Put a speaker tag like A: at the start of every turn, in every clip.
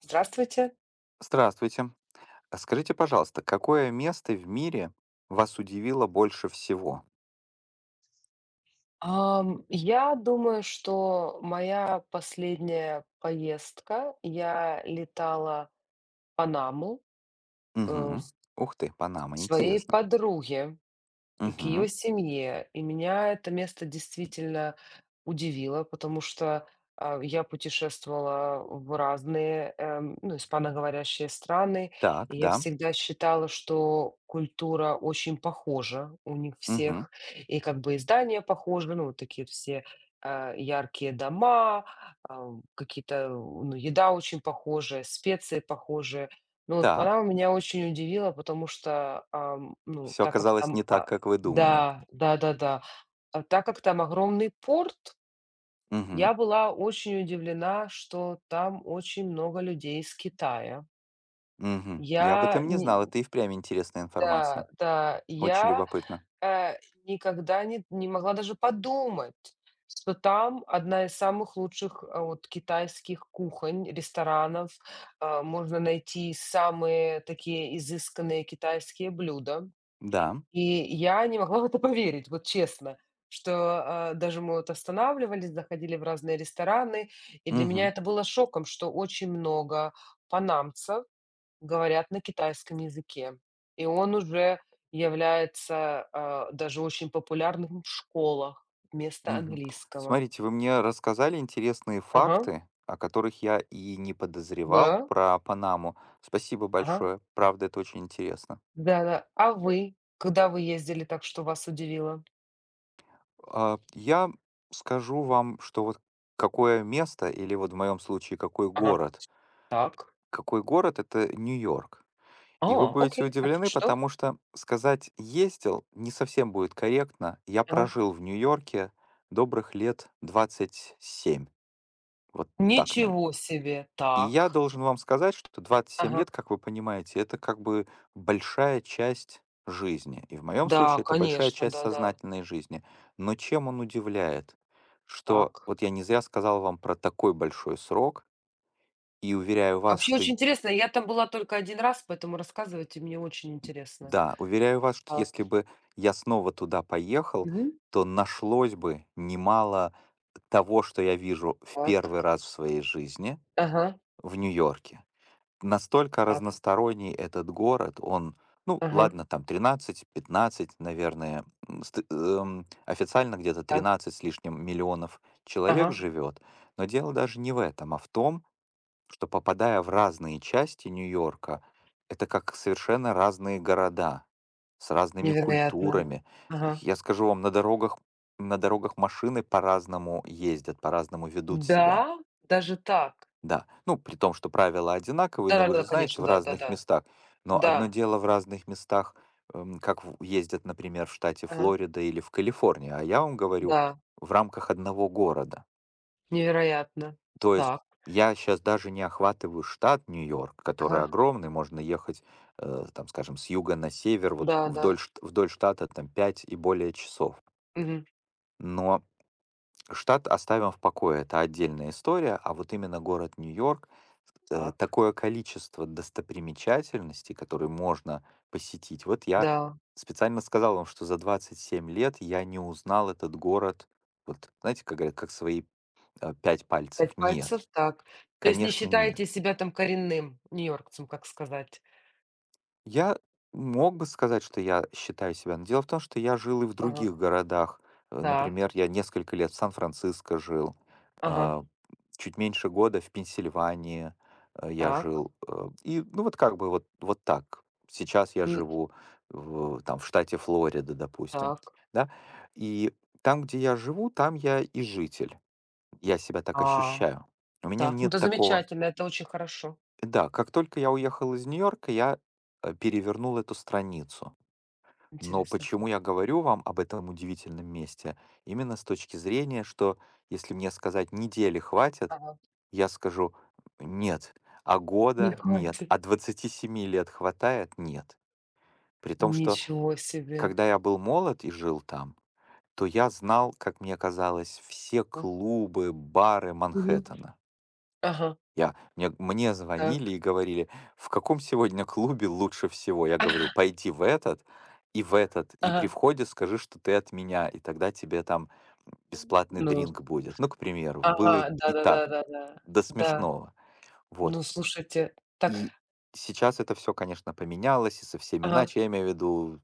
A: Здравствуйте.
B: Здравствуйте. А, скажите, пожалуйста, какое место в мире вас удивило больше всего?
A: Я думаю, что моя последняя поездка, я летала в Панаму, э,
B: Угу. Ух ты,
A: к
B: Панама,
A: своей
B: интересно.
A: подруге. И к ее
B: Угу.
A: семье. И меня это место действительно удивило, потому что я путешествовала в разные, ну, испаноговорящие страны,
B: Так,
A: и я
B: да.
A: всегда считала, что культура очень похожа у них
B: Угу.
A: всех, и как бы и здания похожи, ну, вот такие вот все, яркие дома, какие-то, ну, еда очень похожая, специи похожие. Ну вот
B: Так.
A: Панама меня очень удивила, потому что, ну,
B: Все
A: так как
B: оказалось
A: там,
B: не так, как вы думали.
A: да, да-да-да. А так как там огромный порт,
B: Угу.
A: я была очень удивлена, что там очень много людей из Китая.
B: Угу. Я об
A: Я
B: этом не
A: ни
B: знал. Это и впрямь интересная
A: Да,
B: информация.
A: да,
B: Очень любопытно.
A: э, никогда не могла даже подумать, что там одна из самых лучших, вот китайских кухонь, ресторанов. Можно найти самые такие изысканные китайские блюда.
B: Да.
A: И я не могла в это поверить, вот честно, что, даже мы вот останавливались, заходили в разные рестораны, и для меня
B: Угу.
A: это было шоком, что очень много панамцев говорят на китайском языке. И он уже является, даже очень популярным в школах вместо
B: Угу.
A: английского.
B: Смотрите, вы мне рассказали интересные
A: Ага,
B: факты, о которых я и не подозревал
A: да,
B: про Панаму. Спасибо
A: ага,
B: большое. Правда, это очень интересно.
A: да-да. А вы? Когда вы ездили так, что вас удивило?
B: Я скажу вам, что вот какое место или вот в моем случае какой
A: Ага,
B: город.
A: так.
B: Какой город- это Нью-Йорк. И вы
A: О,
B: будете
A: окей. А тут
B: удивлены,
A: что?
B: потому что сказать "ездил" не совсем будет корректно. Я
A: Ага.
B: прожил в Нью-Йорке добрых лет 27. Вот. Так, наве
A: Ничего себе!
B: и я
A: Так.
B: должен вам сказать, что 27
A: Ага.
B: лет, как вы понимаете, это как бы большая часть жизни. И в моем
A: Да,
B: случае это большая
A: конечно,
B: часть
A: да-да.
B: сознательной жизни. Но чем он удивляет? Что
A: Так.
B: вот я не зря сказал вам про такой большой срок, и уверяю вас,
A: Вообще очень интересно. Я там была только один раз, поэтому рассказывайте, мне очень интересно.
B: да, уверяю вас, что если
A: Так.
B: бы я снова туда поехал,
A: Мгм.
B: то нашлось бы немало того, что я вижу в
A: Так.
B: первый раз в своей жизни
A: Ага.
B: в Нью-Йорке. Настолько
A: Так.
B: разносторонний этот город. Он, ну,
A: Ага.
B: ладно, там 13-15, наверное, официально где-то
A: Так.
B: 13 с лишним миллионов человек
A: Ага.
B: живет, но дело даже не в этом, а в том, что, попадая в разные части Нью-Йорка, это как совершенно разные города с разными
A: Невероятно.
B: культурами.
A: Ага.
B: Я скажу вам, на дорогах машины по-разному ездят, по-разному ведут себя.
A: Да? Даже так?
B: Да, ну, при том, что правила одинаковые, но вы
A: Да-да-да,
B: же знаете,
A: конечно,
B: в разных
A: да-да-да.
B: местах. Но одно
A: Да.
B: дело в разных местах, ездят, например, в штате
A: Ага.
B: Флорида или в Калифорнии, а я вам говорю
A: Да.
B: в рамках одного города.
A: Невероятно.
B: То есть
A: Так.
B: я сейчас даже не охватываю штат Нью-Йорк, который
A: Ага.
B: огромный. Можно ехать, там, скажем, с юга на север, вот
A: Да-да.
B: вдоль, вдоль штата там 5 и более часов.
A: Мгм.
B: Но штат оставим в покое, это отдельная история, а вот именно город Нью-Йорк,
A: Так.
B: такое количество достопримечательностей, которые можно посетить. Вот я
A: Да.
B: специально сказал вам, что за 27 лет я не узнал этот город, вот знаете, как говорят, как свои пять пальцев.
A: Пять пальцев,
B: Нет,
A: так. То есть не
B: конечно,
A: считаете
B: нет.
A: себя там коренным нью-йоркцем, как сказать?
B: Я мог бы сказать, что я считаю себя, но дело в том, что я жил и в
A: Ага.
B: других городах.
A: Так,
B: Например, я несколько лет в Сан-Франциско жил,
A: ага,
B: а, чуть меньше года в Пенсильвании я
A: так,
B: жил. И, ну, вот как бы вот, вот так. Сейчас я
A: м,
B: живу в, там, в штате Флорида, допустим,
A: так,
B: да? И там, где я живу, там я и житель. Я себя так
A: а,
B: ощущаю. У меня
A: так. Ну,
B: нет
A: это
B: такого.
A: замечательно, это очень хорошо.
B: Да, как только я уехал из Нью-Йорка, я, перевернул эту страницу. Но
A: Интересно
B: почему я
A: как.
B: говорю вам об этом удивительном месте? Именно с точки зрения, что если мне сказать недели хватит,
A: Ага.
B: я скажу нет, а
A: Не
B: года нет,
A: хватит.
B: а 27 лет хватает нет. При том, что,
A: Ничего себе.
B: когда я был молод и жил там, то я знал, как мне казалось, все
A: А,
B: клубы, бары
A: мгм.
B: Манхэттена.
A: Ага,
B: Я мне мне звонили
A: так.
B: и говорили: "В каком сегодня клубе лучше всего?" Я говорил: "Пойди в этот, и при
A: Ага.
B: входе скажи, что ты от меня, и тогда тебе там бесплатный
A: Ну,
B: дринк будет". Ну, к примеру, вот было и
A: ага,
B: и так,
A: да-да-да-да-да.
B: до
A: Да.
B: смешного. Вот.
A: Ну, слушайте, так,
B: И сейчас это все, конечно, поменялось, и совсем
A: ага.
B: иначе, я имею в виду,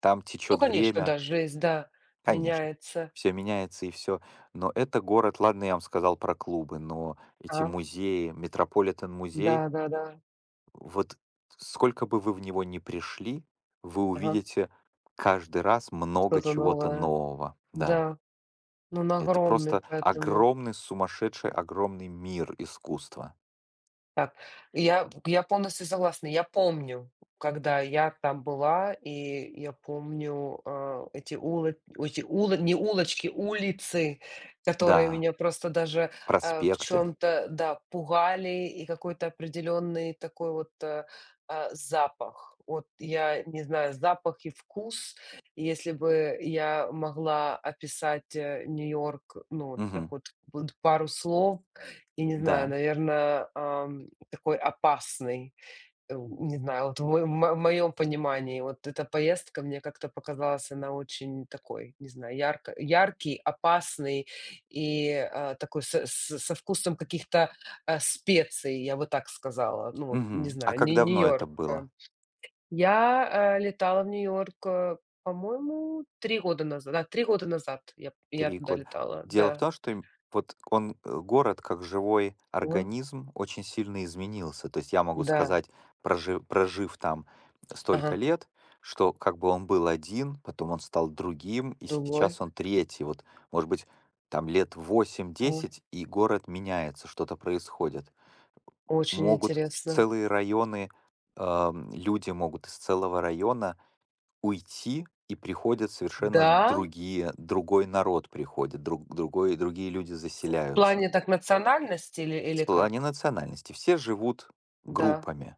B: там
A: Ну,
B: течет
A: конечно,
B: время.
A: да, жизнь, да,
B: Конечно,
A: меняется.
B: все меняется и все. Но это город. Ладно, я вам сказал про клубы, но эти
A: Ага.
B: музеи, Метрополитен-музей.
A: Да-да-да.
B: Вот сколько бы вы в него ни пришли, вы
A: Ага.
B: увидите каждый раз много
A: Что-то
B: чего-то
A: новое.
B: нового. Да,
A: Да, но он
B: это
A: огромный,
B: просто
A: поэтому
B: огромный, сумасшедший, огромный мир искусства.
A: так, я полностью согласна. Я помню, когда я там была, и я помню, эти уло не улочки, улицы, которые
B: Да,
A: меня просто даже, в
B: проспекты.
A: чем то да, пугали, и какой-то определенный такой вот, запах. Вот я не знаю, запах и вкус. И если бы я могла описать, Нью-Йорк, ну, вот так
B: Мгм.
A: вот, вот пару слов, я не знаю,
B: Да.
A: наверное, такой опасный. Не знаю, вот в моем понимании вот эта поездка мне как-то показалась, она очень такой, не знаю, ярко яркий, опасный и, такой со вкусом каких-то, специй, я бы так сказала. Ну вот, не
B: Мгм. А
A: знаю,
B: как
A: Нью
B: давно это
A: Нью-Йорк.
B: было?
A: Я, летала в Нью-Йорк, по-моему, 3 года назад. Да, 3 года назад я
B: три
A: туда
B: года.
A: летала,
B: Дело в
A: да.
B: том, что им вот он, город как живой
A: Мгм.
B: организм, очень сильно изменился. То есть я могу
A: Да.
B: сказать, прожив там столько
A: Ага.
B: лет, что как бы он был один, потом он стал другим, и
A: Другой.
B: сейчас он третий. Вот, может быть, там лет
A: Ага.
B: 8-10 и город меняется, что-то происходит.
A: Очень
B: Могут
A: интересно.
B: целые районы, люди могут из целого района уйти, и приходят совершенно
A: Да?
B: другие другой народ приходит, другие люди
A: В
B: заселяются.
A: плане так национальности или
B: В плане
A: как?
B: национальности все живут
A: Да.
B: группами.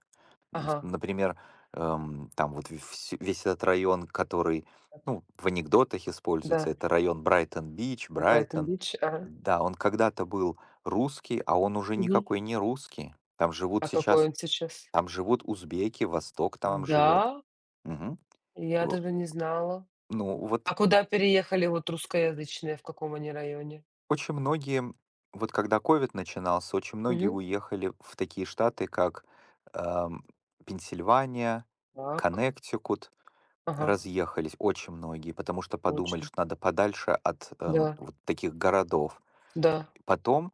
B: Д
A: Ага.
B: Например, там вот вс весь этот район, который, ну, в анекдотах используется,
A: Да,
B: это район Брайтон-Бич, Брайтон.
A: Брайтон-Бич. Ага.
B: Да, он когда-то был русский, а он уже
A: Мгм.
B: никакой не русский. Там живут
A: А какой
B: сейчас
A: он сейчас?
B: там живут узбеки, Восток там
A: Да,
B: живет. Мгм.
A: я
B: В
A: даже не знала.
B: Ну, вот.
A: А куда переехали вот русскоязычные, в каком они районе?
B: Очень многие, вот когда ковид начинался, очень многие
A: Мгм.
B: уехали в такие штаты, как ам, Пенсильвания,
A: Так.
B: Коннектикут,
A: Ага,
B: разъехались очень многие, потому что подумали,
A: очень.
B: что надо подальше от
A: Да,
B: вот таких городов.
A: да.
B: Потом,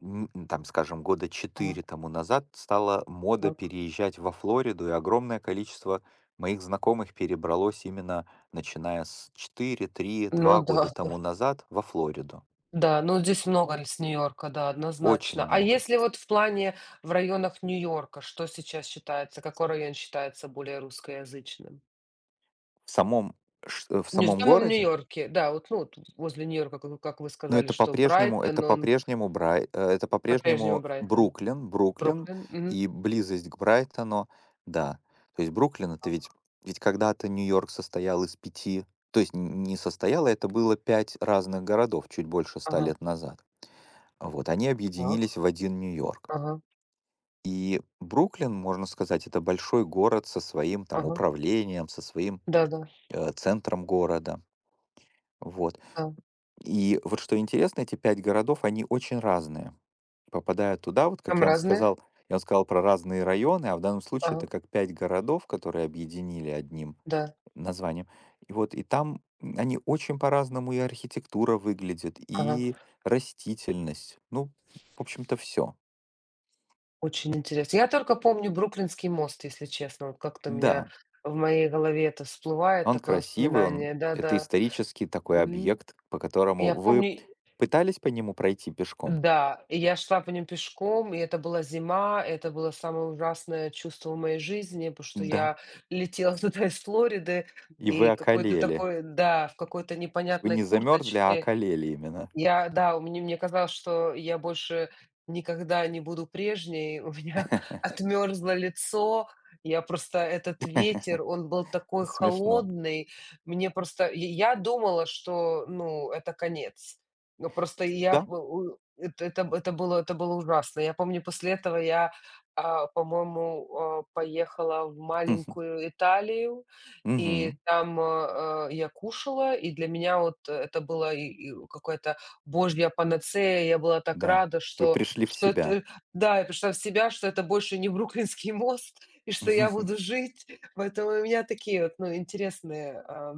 B: там, скажем, года
A: Ага,
B: четыре тому назад стала мода
A: так.
B: переезжать во Флориду, и огромное количество моих знакомых перебралось именно начиная с 4, 3,
A: Ну
B: два
A: да,
B: года
A: да.
B: тому назад во Флориду.
A: Да, ну здесь много с Нью-Йорка, да,
B: Очень
A: однозначно. А
B: много.
A: если вот в районах Нью-Йорка, что сейчас считается, какой район считается более русскоязычным?
B: В самом в
A: Не в
B: самом
A: самом
B: городе?
A: Нью-Йорке, да, вот, ну, вот возле Нью-Йорка, как вы
B: Но
A: сказали,
B: это
A: что
B: по-прежнему,
A: Брайтон, он по-прежнему Брайтон.
B: Бруклин,
A: Бруклин, мгм.
B: и близость к Брайтону, да. То есть Бруклин- это ведь,
A: Так,
B: когда-то Нью-Йорк состоял из пяти, то есть н не состоял, а это было 5 разных городов чуть больше ста
A: ага,
B: лет назад. Вот, они
A: так,
B: объединились в один Нью-Йорк.
A: ага,
B: И Бруклин, можно сказать, это большой город со своим там
A: ага.
B: управлением, со своим,
A: Да-да,
B: центром города. Вот.
A: да. Да.
B: И вот что интересно, эти 5 городов, они очень разные. Попадая туда, вот как
A: Там разные.
B: я вам сказал про разные районы, а в данном случае
A: Ага,
B: это как 5 городов, которые объединили одним
A: да,
B: названием. И вот там они очень по-разному, и архитектура выглядит,
A: ага.
B: и растительность. Ну, в общем-то, все.
A: Очень интересно. Я только помню Бруклинский мост, если честно. Вот как-то у меня
B: Да,
A: в моей голове это всплывает,
B: он
A: такое
B: красивый, он
A: воспоминание.
B: это
A: Да-да.
B: исторический такой
A: Мгм.
B: объект, по которому
A: Я
B: вы
A: помню.
B: пытались по нему пройти пешком?
A: Да, и я шла по ним пешком, и это была зима, это было самое ужасное чувство в моей жизни, потому что
B: Да.
A: я летела туда из Флориды,
B: И вы
A: и какой-то
B: околели.
A: такой, да, в какой-то
B: То есть вы
A: непонятной
B: не замерзли, а
A: курточке.
B: околели именно.
A: Я, да, у меня мне казалось, что я больше никогда не буду прежней. У меня отмерзло лицо. Я просто этот ветер, он был
B: Это
A: такой
B: смешно.
A: холодный. Мне просто И я думала, что, ну, это конец. Но просто я
B: Да?
A: б у это б это было ужасно. Я помню, после этого я, по-моему, поехала в маленькую Италию, и
B: Мгм.
A: там, я кушала, и для меня вот это было и какое-то. Боже, я панацея. Я была так
B: Да.
A: рада,
B: Вы
A: что
B: пришли в
A: что
B: себя.
A: это. Да, я пришла в себя, что это больше не Бруклинский мост и что я буду жить. Поэтому у меня такие вот, ну, интересные,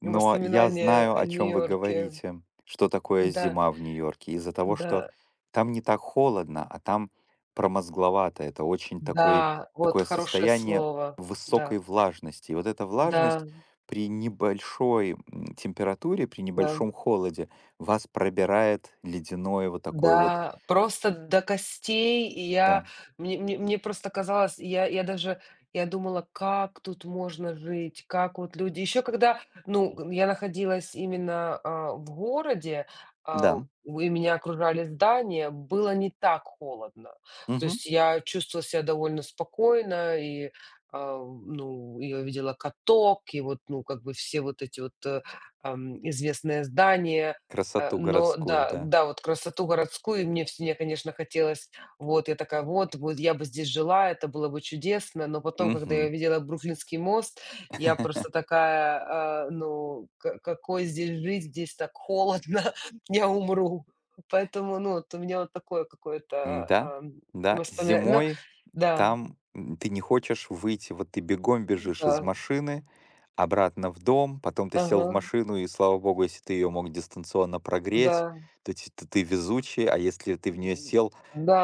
B: Но я
A: воспоминания
B: знаю,
A: о
B: о чем вы
A: Нью-Йорке.
B: говорите, что такое
A: Да,
B: зима в Нью-Йорке. Из-за того, что
A: да,
B: там не так холодно, а там промозгловато. Это очень такой,
A: да, вот
B: такое
A: хорошее
B: состояние
A: слово. Да,
B: высокой влажности. И вот эта
A: да,
B: влажность при небольшой температуре, при
A: да.
B: небольшом холоде вас пробирает ледяное вот такое вот.
A: Да, просто до костей. И я,
B: Да.
A: мне просто казалось, я даже я думала, как тут можно жить, как вот люди. Еще когда, ну, г я находилась именно, в городе, а,
B: Да.
A: у и меня окружали здания, было не так холодно. То
B: Мгм.
A: есть я чувствовала себя довольно спокойно и, ну, я видела каток, и вот, ну, как бы все вот эти вот, известные здания.
B: Красоту
A: Но
B: городскую,
A: да,
B: да.
A: да, вот красоту городскую мне вс мне, конечно, хотелось. Вот я такая: "Вот вот я бы здесь жила, это было бы чудесно". Но потом, когда я
B: Мгм.
A: видела Бруклинский мост, я просто такая, ну, ка какой здесь жить, здесь так холодно, я умру. Поэтому, ну, вот у меня вот такое какое-то,
B: Да,
A: ам,
B: да.
A: воспомина но
B: Зимой
A: да,
B: там, ты не хочешь выйти. Вот ты бегом бежишь из
A: да,
B: машины, обратно в дом, потом ты сел
A: ага,
B: в машину, и, слава богу, если ты ее мог дистанционно прогреть,
A: да,
B: то ты везучий, а если ты в нее
A: м,
B: сел,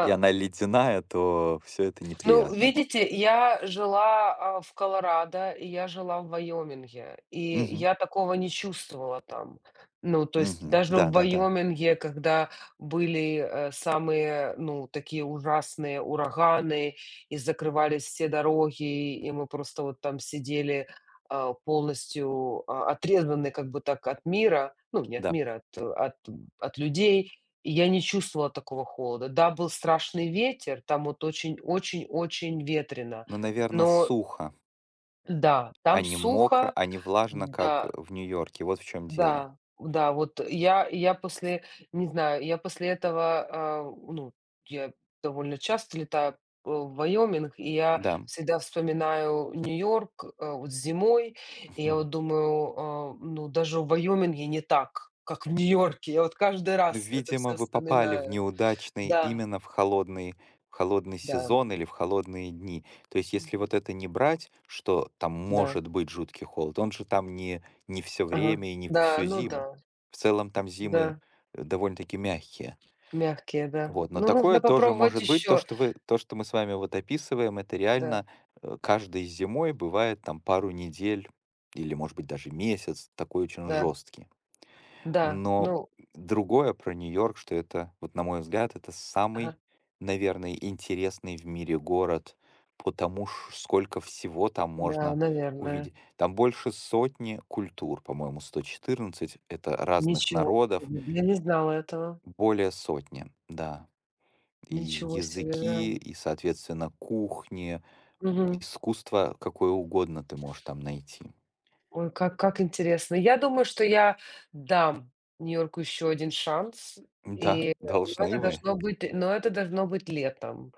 B: и она ледяная, то все это
A: Ну,
B: неприятно.
A: видите, я жила, в Колорадо, и я жила в Вайоминге, и
B: Мгм,
A: я такого не чувствовала там. Ну, то есть
B: мгм.
A: даже в
B: Да-да-да, да. Да,
A: Вайоминге, когда были, самые, ну, такие ужасные ураганы и закрывались все дороги, и мы просто вот там сидели, полностью, отрезаны как бы так от мира, ну, не от
B: да.
A: мира, от от людей. И я не чувствовала такого холода. Да, был страшный ветер, там вот очень очень очень ветрено,
B: Ну, наверное,
A: но
B: сухо,
A: да,
B: а
A: там
B: не мокро,
A: сухо.
B: а не влажно, как,
A: Да,
B: в Нью-Йорке. Вот в чем дело.
A: да, да, вот я, после, не знаю, я после этого, ну, я довольно часто летаю, в Вайоминг, и я
B: Да.
A: всегда вспоминаю Нью-Йорк, вот зимой. И я вот думаю, ну, даже в Вайоминге не так, как в Нью-Йорке. Я вот каждый
B: Ну,
A: раз это
B: видимо,
A: все
B: вы попали в
A: вспоминаю.
B: неудачный,
A: Да,
B: именно в холодный
A: да.
B: сезон или в холодные дни. То есть,
A: М,
B: если вот это не брать, что там
A: да,
B: может быть жуткий холод, он же там не все
A: ага.
B: время и не
A: Да,
B: всю
A: ну да,
B: зиму. В целом там зимы
A: да,
B: довольно-таки мягкие.
A: мягкие, да.
B: Вот. Но
A: Ну, нужно
B: такое тоже
A: попробовать
B: может быть. То,
A: еще.
B: что, мы с вами вот описываем, это
A: Да,
B: реально каждой зимой бывает там пару недель или, может быть, даже месяц такой очень
A: да,
B: жесткий.
A: да,
B: Но
A: ну,
B: другое про Нью-Йорк, что это, вот на мой взгляд, это
A: ага,
B: самый, наверное, интересный в мире город, потому сколько всего там
A: да,
B: можно
A: наверное.
B: увидеть. Там больше сотни культур, по-моему, 114 это разных
A: Ничего
B: народов,
A: себе, я не знала этого.
B: более сотни, да. И
A: Ничего себе, да.
B: языки, и, соответственно, кухни,
A: Мгм.
B: искусство какое угодно ты можешь там найти.
A: Ой, как интересно. Я думаю, что я дам Нью-Йорку еще один шанс,
B: Да, должны вы.
A: но это должно быть летом.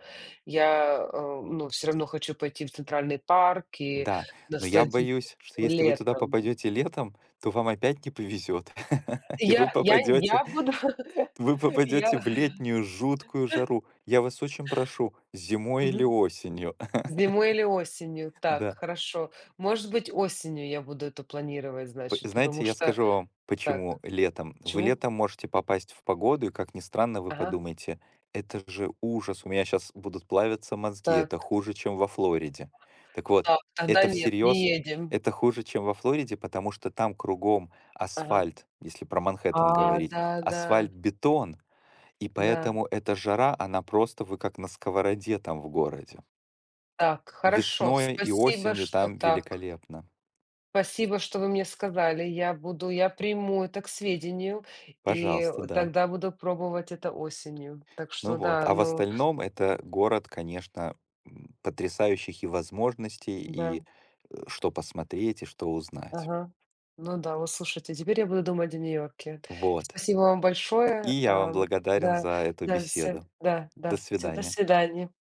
A: Я, ну, все равно хочу пойти в Центральный парк и
B: Да, но я
A: насладиться
B: боюсь, что если вы туда
A: летом.
B: попадете летом, то вам опять не повезет, и
A: Я я я буду
B: вы
A: я
B: попадете в летнюю жуткую жару. Я вас очень прошу, зимой или
A: Мгм.
B: осенью,
A: Зимой или осенью? Так,
B: да.
A: хорошо. Может быть, осенью я буду это планировать,
B: П
A: значит, потому
B: Знаете, я
A: что...
B: скажу вам,
A: Так,
B: почему летом. Вы
A: почему?
B: летом можете попасть в погоду, и, как ни странно, вы
A: Ага,
B: подумаете: "Это же ужас, у меня сейчас будут плавиться мозги,
A: так,
B: это хуже, чем во Флориде". Так вот,
A: так, тогда
B: это
A: нет, не
B: всерьез,
A: едем.
B: это хуже, чем во Флориде, потому что там кругом
A: Ага.
B: асфальт, если про Манхэттен говорить,
A: Да-да, да.
B: асфальт-бетон, и
A: Да.
B: поэтому эта жара, она просто вы как на сковороде там в городе.
A: Так, хорошо,
B: Весной и
A: спасибо,
B: осенью
A: что
B: там
A: так.
B: великолепно.
A: Спасибо, что вы мне сказали. Я приму это к сведению, и
B: Пожалуйста, да.
A: тогда буду пробовать это осенью. Так
B: Ну
A: что
B: вот,
A: да,
B: а в
A: ну
B: остальном это город, конечно, потрясающих и возможностей,
A: да.
B: и что посмотреть, и что узнать.
A: Ага. Ну да, вот слушайте, теперь я буду думать о Нью-Йорке.
B: Вот.
A: Спасибо вам
B: И
A: большое.
B: я вам благодарен
A: Да,
B: за эту беседу.
A: да,
B: До
A: да, все до
B: свидания.
A: свидания.